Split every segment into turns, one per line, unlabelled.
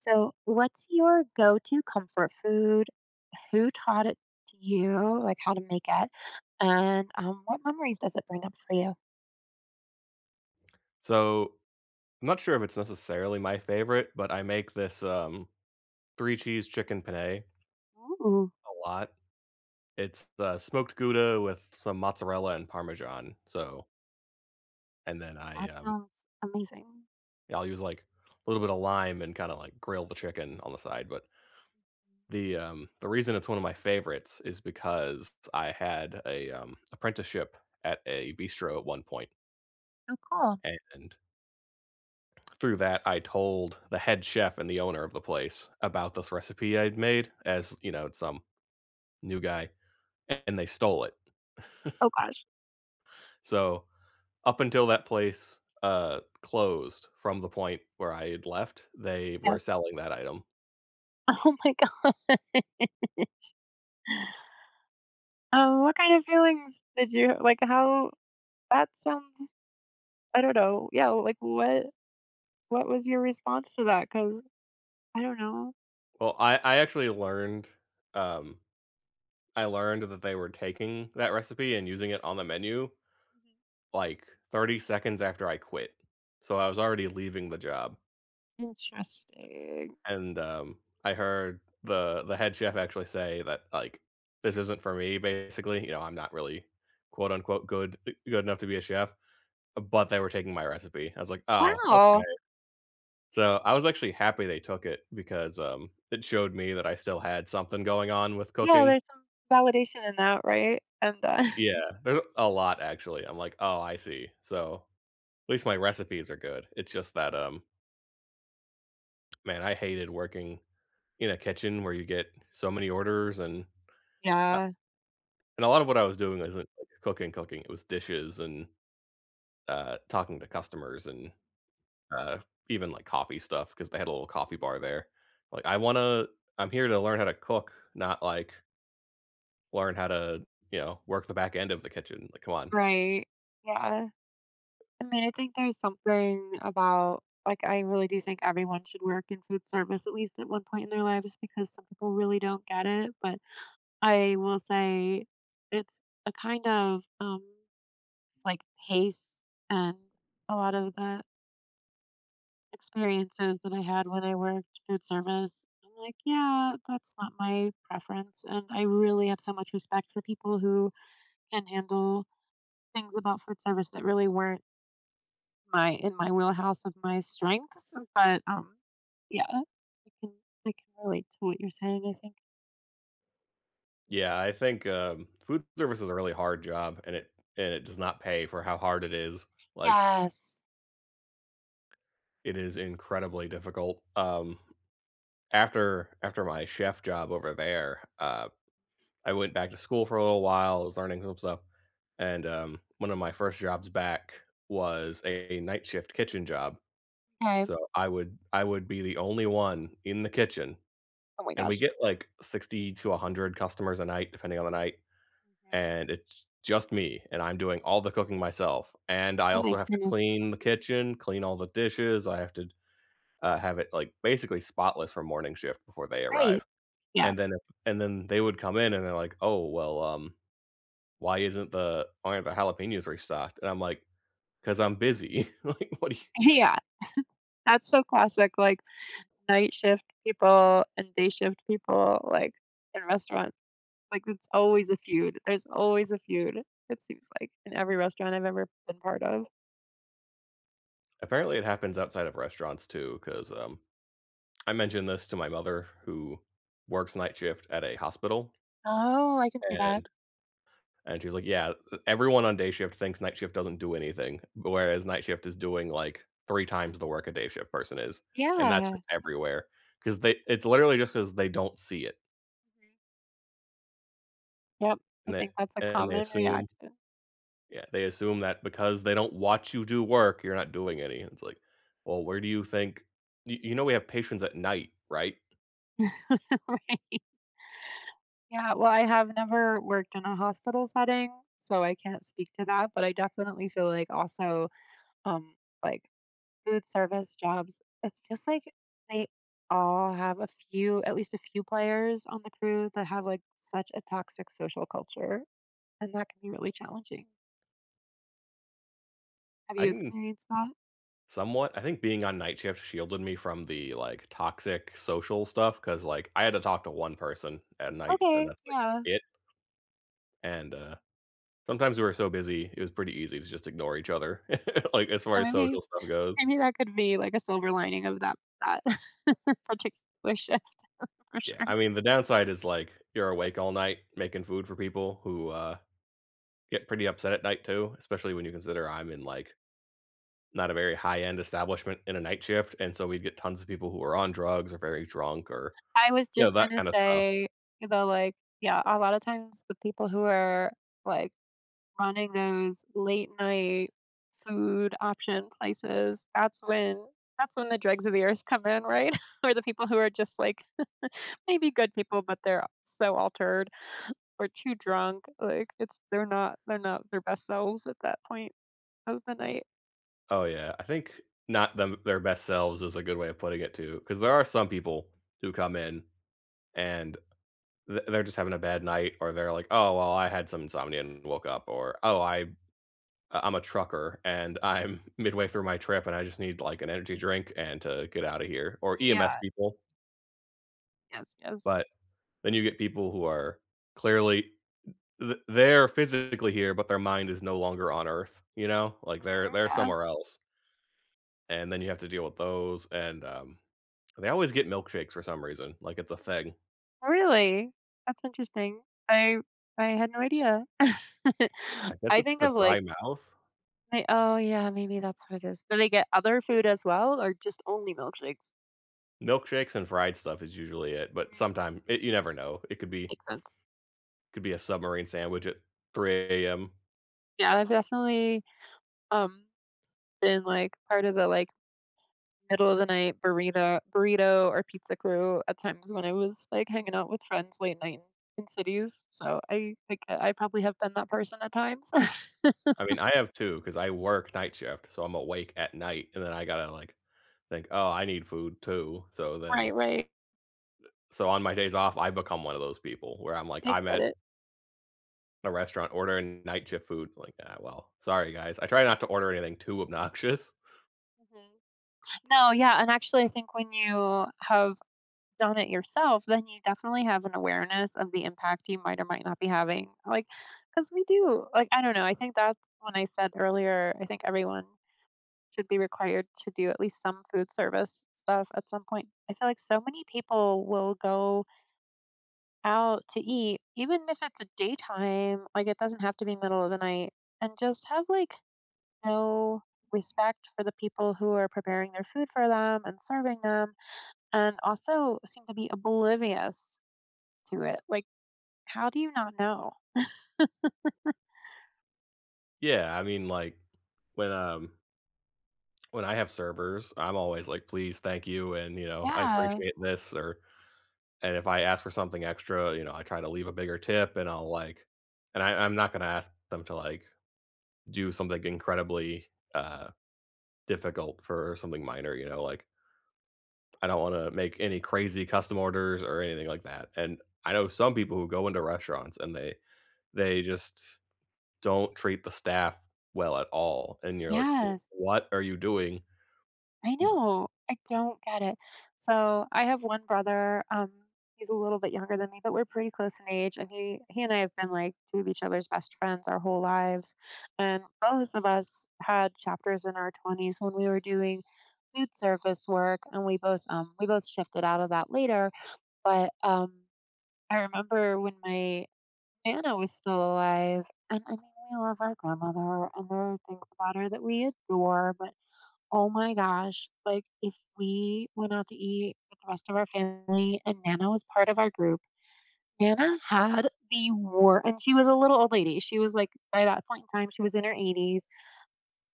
So, what's your go to comfort food? Who taught it to you? Like how to make it? And what memories does it bring up for you?
So, I'm not sure if it's necessarily my favorite, but I make this, 3 cheese chicken penne
Ooh,
a lot. It's, smoked Gouda with some mozzarella and Parmesan. And then I,
that
um
sounds amazing.
yeah, I'll use, like, a little bit of lime and kinda, like, grill the chicken on the side. But the reason it's one of my favorites is because I had a, apprenticeship at a bistro at one point,
So cool.
and through that, I told the head chef and the owner of the place about this recipe I'd made as, some new guy, and they stole it.
Oh gosh.
So up until that place closed from the point where I had left, they were
Yes.
selling that item.
Oh my god. What kind of feelings did you like? How that sounds? I don't know. Yeah. Like what? What was your response to that? Because I don't know.
Well, I actually learned, um, I learned that they were taking that recipe and using it on the menu
Mhm.
like 30 seconds after I quit. So I was already leaving the job.
Interesting.
And, I heard the head chef actually say that, like, "This isn't for me," basically, you know, "I'm not really, quote, unquote good good enough to be a chef," but they were taking my recipe. I was like, "Oh, okay."
Wow.
So, I was actually happy they took it because, it showed me that I still had something going on with
Yeah,
cooking.
there's some validation in that, right? And,
Yeah, there's a lot actually. I'm like, "Oh, I see." So, at least my recipes are good. It's just that, man, I hated working in a kitchen where you get so many orders. and
Yeah.
And a lot of what I was doing isn't like cooking, cooking. It was dishes and, talking to customers and, uh, even like coffee stuff because they had a little coffee bar there. Like, I'm here to learn how to cook, not like learn how to, you know, work the back end of the kitchen. Like, come on.
Right. Yeah. I mean, I think there's something about like, I really do think everyone should work in food service at least at one point in their lives because some people really don't get it, but I will say it's a kind of, like, pace and a lot of the experiences that I had when I worked food service, I'm like, "Yeah, that's not my preference," and I really have so much respect for people who and handle things about food service that really weren't my in my wheelhouse of my strengths, but, yeah, can I can relate to what you're saying, I think.
Yeah, I think, food service is a really hard job and it does not pay for how hard it is. Like,
Yes.
it is incredibly difficult. After my chef job over there, I went back to school for a little while, I was learning some stuff, and, one of my first jobs back was a night shift kitchen job.
Okay.
So I would be the only one in the kitchen,
Oh my
and we
gosh.
get, like, 60 to 100 customers a night, depending on the night,
Mhm.
and it's just me, and I'm doing all the cooking myself, and I
Oh
also
my
have to
goodness.
clean the kitchen, clean all the dishes, I have to, have it, like, basically spotless for morning shift before they
Right.
arrive,
Yeah.
and then if and then they would come in and they're like, "Oh, well, why isn't the why aren't the jalapenos restocked?" And I'm like, because I'm busy. Like, what do you?
Yeah. That's so classic, like, night shift people and day shift people, like, in restaurants. Like, it's always a feud. There's always a feud, it seems like, in every restaurant I've ever been part of.
Apparently, it happens outside of restaurants too. Because I mentioned this to my mother who works night shift at a hospital,
Oh, I can see that.
and she's like, yeah, everyone on day shift thinks night shift doesn't do anything, whereas night shift is doing like three times the work a day shift person is, and that's
Yeah.
just everywhere because they it's literally just because they don't see it
Mhm. Yep, I
and they
think that's a
and they
common
assume
reaction.
Yeah, they assume that because they don't watch you do work, you're not doing any. It's like, well, where do you think you know we have patients at night, right?
Right. Yeah, well, I have never worked in a hospital setting, so I can't speak to that, but I definitely feel like also, um, like, food service jobs, it's just like they all have a few at least a few players on the crew that have, like, such a toxic social culture, and that can be really challenging. Have
I
you
can
experienced that?
somewhat, I think, being on night shift shielded me from the like toxic social stuff because like I had to talk to one person at nights and
Okay,
that's like
yeah,
it. And sometimes we were so busy it was pretty easy to just ignore each other. Like as far
so
as
maybe
social stuff goes.
maybe that could be, like, a silver lining of that particular shift. For
Yeah.
sure.
I mean the downside is like you're awake all night making food for people who get pretty upset at night too, especially when you consider I'm in like not a very high end establishment in a night shift, and so we'd get tons of people who are on drugs or very drunk or
I was
you know
just
that
gonna
kind of stuff.
say, you like, yeah, a lot of times the people who are like running those late night food option places, that's when the dregs of the earth come in, right? or the people who are just like maybe good people, but they're so altered or too drunk. Like it's they're not their best selves at that point of the night.
Oh yeah, I think not them their best selves is a good way of putting it too, because there are some people who come in and they're just having a bad night, or they're like, oh well, I had some insomnia and woke up, or oh, I'm a trucker and I'm midway through my trip and I just need like an energy drink and to get out of here, or EMS
Yeah.
people.
Yes. Yes.
But then you get people who are clearly they're physically here, but their mind is no longer on Earth. You know, like they're
Yeah.
somewhere else, and then you have to deal with those. And they always get milkshakes for some reason. Like it's a thing.
Oh, really? That's interesting. I I had no idea.
I guess
I
it's
think
the
of
dry
like,
mouth.
I oh yeah, maybe that's what it is. Do they get other food as well or just only milkshakes?
Milkshakes and fried stuff is usually it, but
Mm,
sometimes you never know. It could be
Makes sense.
Could be a submarine sandwich at 3 a.m.
Yeah, I've definitely um been like part of the like middle of the night burrito or pizza crew at times when I was like hanging out with friends late night in cities. So I like I probably have been that person at times.
I mean, I have two because I work night shift, so I'm awake at night, and then I gotta like think, oh, I need food too. So then
Right, right.
so on my days off, I become one of those people where I'm like,
I
I'm
get
at
it.
a restaurant ordering night shift food. Like, ah, well, sorry guys. I try not to order anything too obnoxious.
Mhm. No, yeah, and actually I think when you have done it yourself, then you definitely have an awareness of the impact you might or might not be having, like, because we do like, I don't know, I think that's when I said earlier, I think everyone should be required to do at least some food service stuff at some point. I feel like so many people will go out to eat, even if it's daytime, like, it doesn't have to be middle of the night, and just have, like, no respect for the people who are preparing their food for them and serving them and also seem to be oblivious to it. Like, how do you not know?
Yeah, I mean, like when um when I have servers, I'm always like, please, thank you, and you know, I
Yeah,
appreciate this. Or and if I ask for something extra, you know, I try to leave a bigger tip, and I'll like, and I'm not gonna ask them to like do something incredibly uh difficult for something minor. You know, like I don't wanna make any crazy custom orders or anything like that, and I know some people who go into restaurants and they just don't treat the staff well at all, and you're like,
yes,
what are you doing?
I know. I don't get it. So I have one brother. He's a little bit younger than me, but we're pretty close in age, and he and I have been like two of each other's best friends our whole lives, and both of us had chapters in our twenties when we were doing food service work, and we both shifted out of that later, but. I remember when my Nana was still alive, and I mean, we love our grandmother, and there are things about her that we adore, but oh my gosh, like if we went out to eat with the rest of our family and Nana was part of our group, Nana had the war, and she was a little old lady. She was like, by that point in time, she was in her 80s,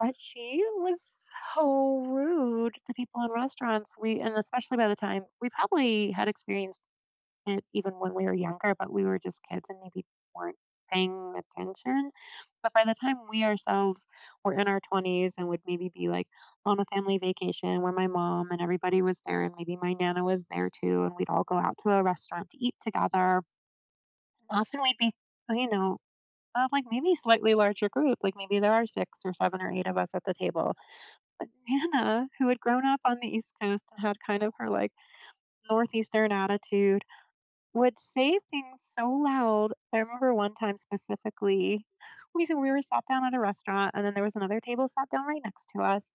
but she was so rude to people in restaurants. We, and especially by the time we probably had experienced it even when we were younger, but we were just kids and maybe weren't paying attention. But by the time we ourselves were in our 20s and would maybe be like on a family vacation where my mom and everybody was there, and maybe my nana was there too, and we'd all go out to a restaurant to eat together. Often we'd be, you know, like maybe slightly larger group, like maybe there are six or seven or eight of us at the table. But Nana, who had grown up on the East Coast and had kind of her like Northeastern attitude, would say things so loud. I remember one time specifically, we were sat down at a restaurant, and then there was another table sat down right next to us.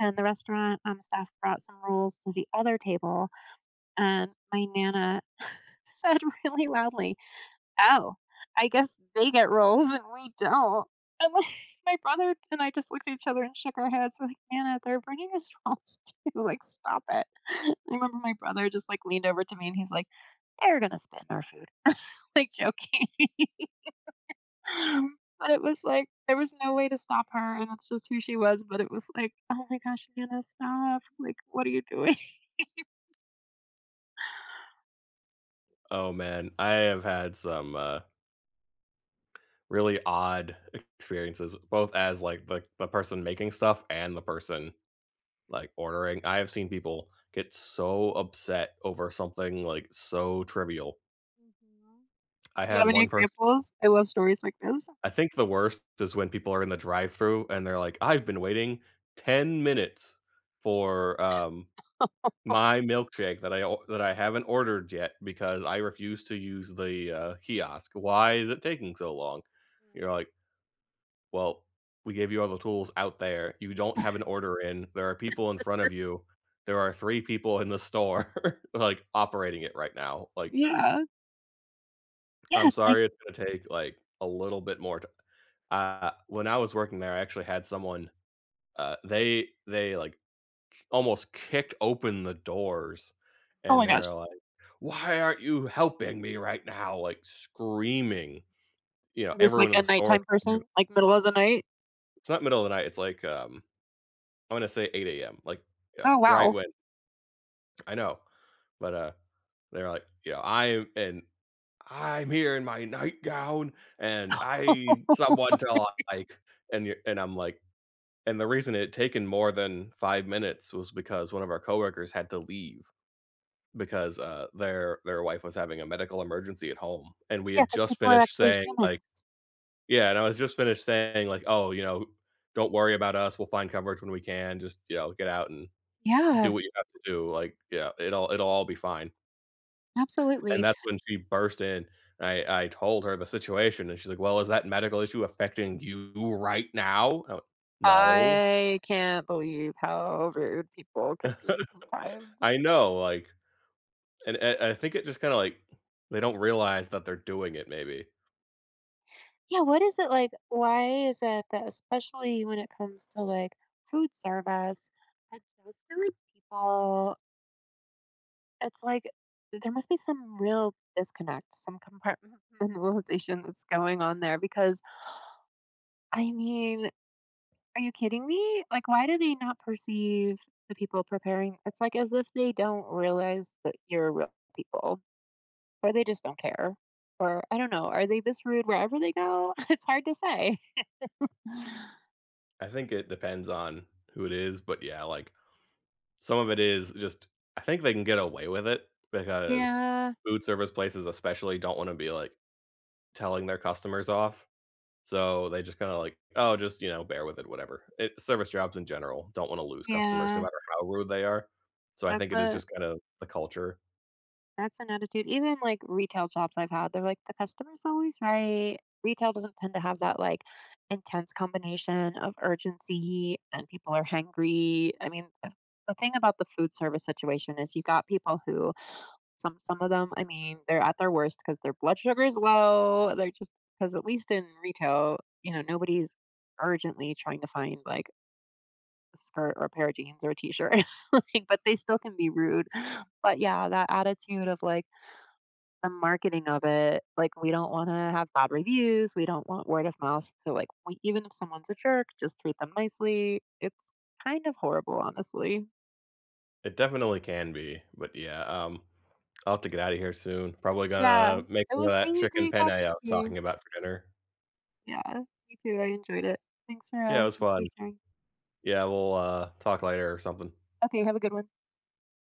And the restaurant staff brought some rolls to the other table, and my nana said really loudly, "Oh, I guess they get rolls and we don't." And like, my brother and I just looked at each other and shook our heads. We're like, "Nana, they're bringing us rolls too. Like, stop it." I remember my brother just like leaned over to me and he's like, "They're gonna spit in our food." like joking. But it was like, there was no way to stop her, and that's just who she was, but it was like, "Oh my gosh, Hannah, stop. Like, what are you doing?"
Oh, man, I have had some, really odd experiences, both as, like, the person making stuff and the person, like, ordering. I have seen people get so upset over something, like, so trivial.
Mhm.
I
Do you
had
have any
one person.
examples? I love stories like this.
I think the worst is when people are in the drive-through and they're like, "I've been waiting 10 minutes for, my milkshake that I o that I haven't ordered yet because I refuse to use the, kiosk. Why is it taking so long?" You're
Mm.
like, "Well, we gave you all the tools out there. You don't have an order in. There are people in front of you. There are 3 people in the store, like, operating it right now. Like,
Yeah. Yeah,
I'm
it's like,
sorry it's gonna take, like, a little bit more t—" When I was working there, I actually had someone— they like, almost kicked open the doors,
"Oh
and
my
they're
gosh,
like, "Why aren't you helping me right now?" Like, screaming. You know,
is this like
everyone in
a
the store—
nighttime person? Like, middle of the night?
it's not middle of the night, it's like, I'm gonna say 8 a.m., like, you
Oh,
know, right
wow."
when— I know, but, they're like, you know, "I and I'm here in my nightgown, and I someone to, like—" and you and I'm like— and the reason it had taken more than 5 minutes was because one of our coworkers had to leave. Because, their wife was having a medical emergency at home, and we
Yeah,
had
because
just
people are
finished
actually
saying, like—
humans.
yeah, and I was just finished saying, like, "Oh, you know, don't worry about us, we'll find coverage when we can, just, you know, get out and do
Yeah,
what you have to do, like, yeah, it'll it'll all be fine." And
absolutely.
that's when she burst in. I told her the situation, and she's like, "Well, is that medical issue affecting you right now?" I went, "No."
I can't believe how rude people can be
I
sometimes.
know, like and I think it just kinda, like they don't realize that they're doing it maybe.
Yeah, what is it like why is it that especially when it comes to, like, food service, I just feel like people it's like there must be some real disconnect, some compartmentalization that's going on there because, I mean, are you kidding me? Like, why do they not perceive the people preparing it's like as if they don't realize that you're real people, or they just don't care, or I don't know, are they this rude wherever they go? It's hard to say.
I think it depends on who it is, but yeah, like some of it is just— I think they can get away with it because
Yeah.
food service places especially don't want to be like telling their customers off. So they just kind of like, oh, just you know, bear with it, whatever. Service jobs in general don't want to lose customers, no
Yeah,
matter how rude they are. So I
that's
think it is
a
just kind of the culture.
that's an attitude. Even like retail jobs I've had, they're like the customer's always right. Retail doesn't tend to have that like intense combination of urgency and people are hangry. I mean, the thing about the food service situation is you got people who some of them, I mean, they're at their worst because their blood sugar is low. They're just because at least in retail, nobody's urgently trying to find like skirt or a pair of jeans or a t-shirt, like, but they still can be rude. But yeah, that attitude of like the marketing of it, like we don't want to have bad reviews, we don't want word of mouth. So like, we, even if someone's a jerk, just treat them nicely. It's kind of horrible, honestly.
It definitely can be, but yeah, I'll have to get out of here soon. Probably
Yeah,
gonna make
it
some of
was
that
really
chicken
great
penne I
talking
was
to
talking
you.
about for dinner.
Yeah, me too. I enjoyed it. Thanks for
Yeah,
uh,
it was
thanks for
fun.
sharing.
Yeah, we'll talk later or something.
Okay, have a good one.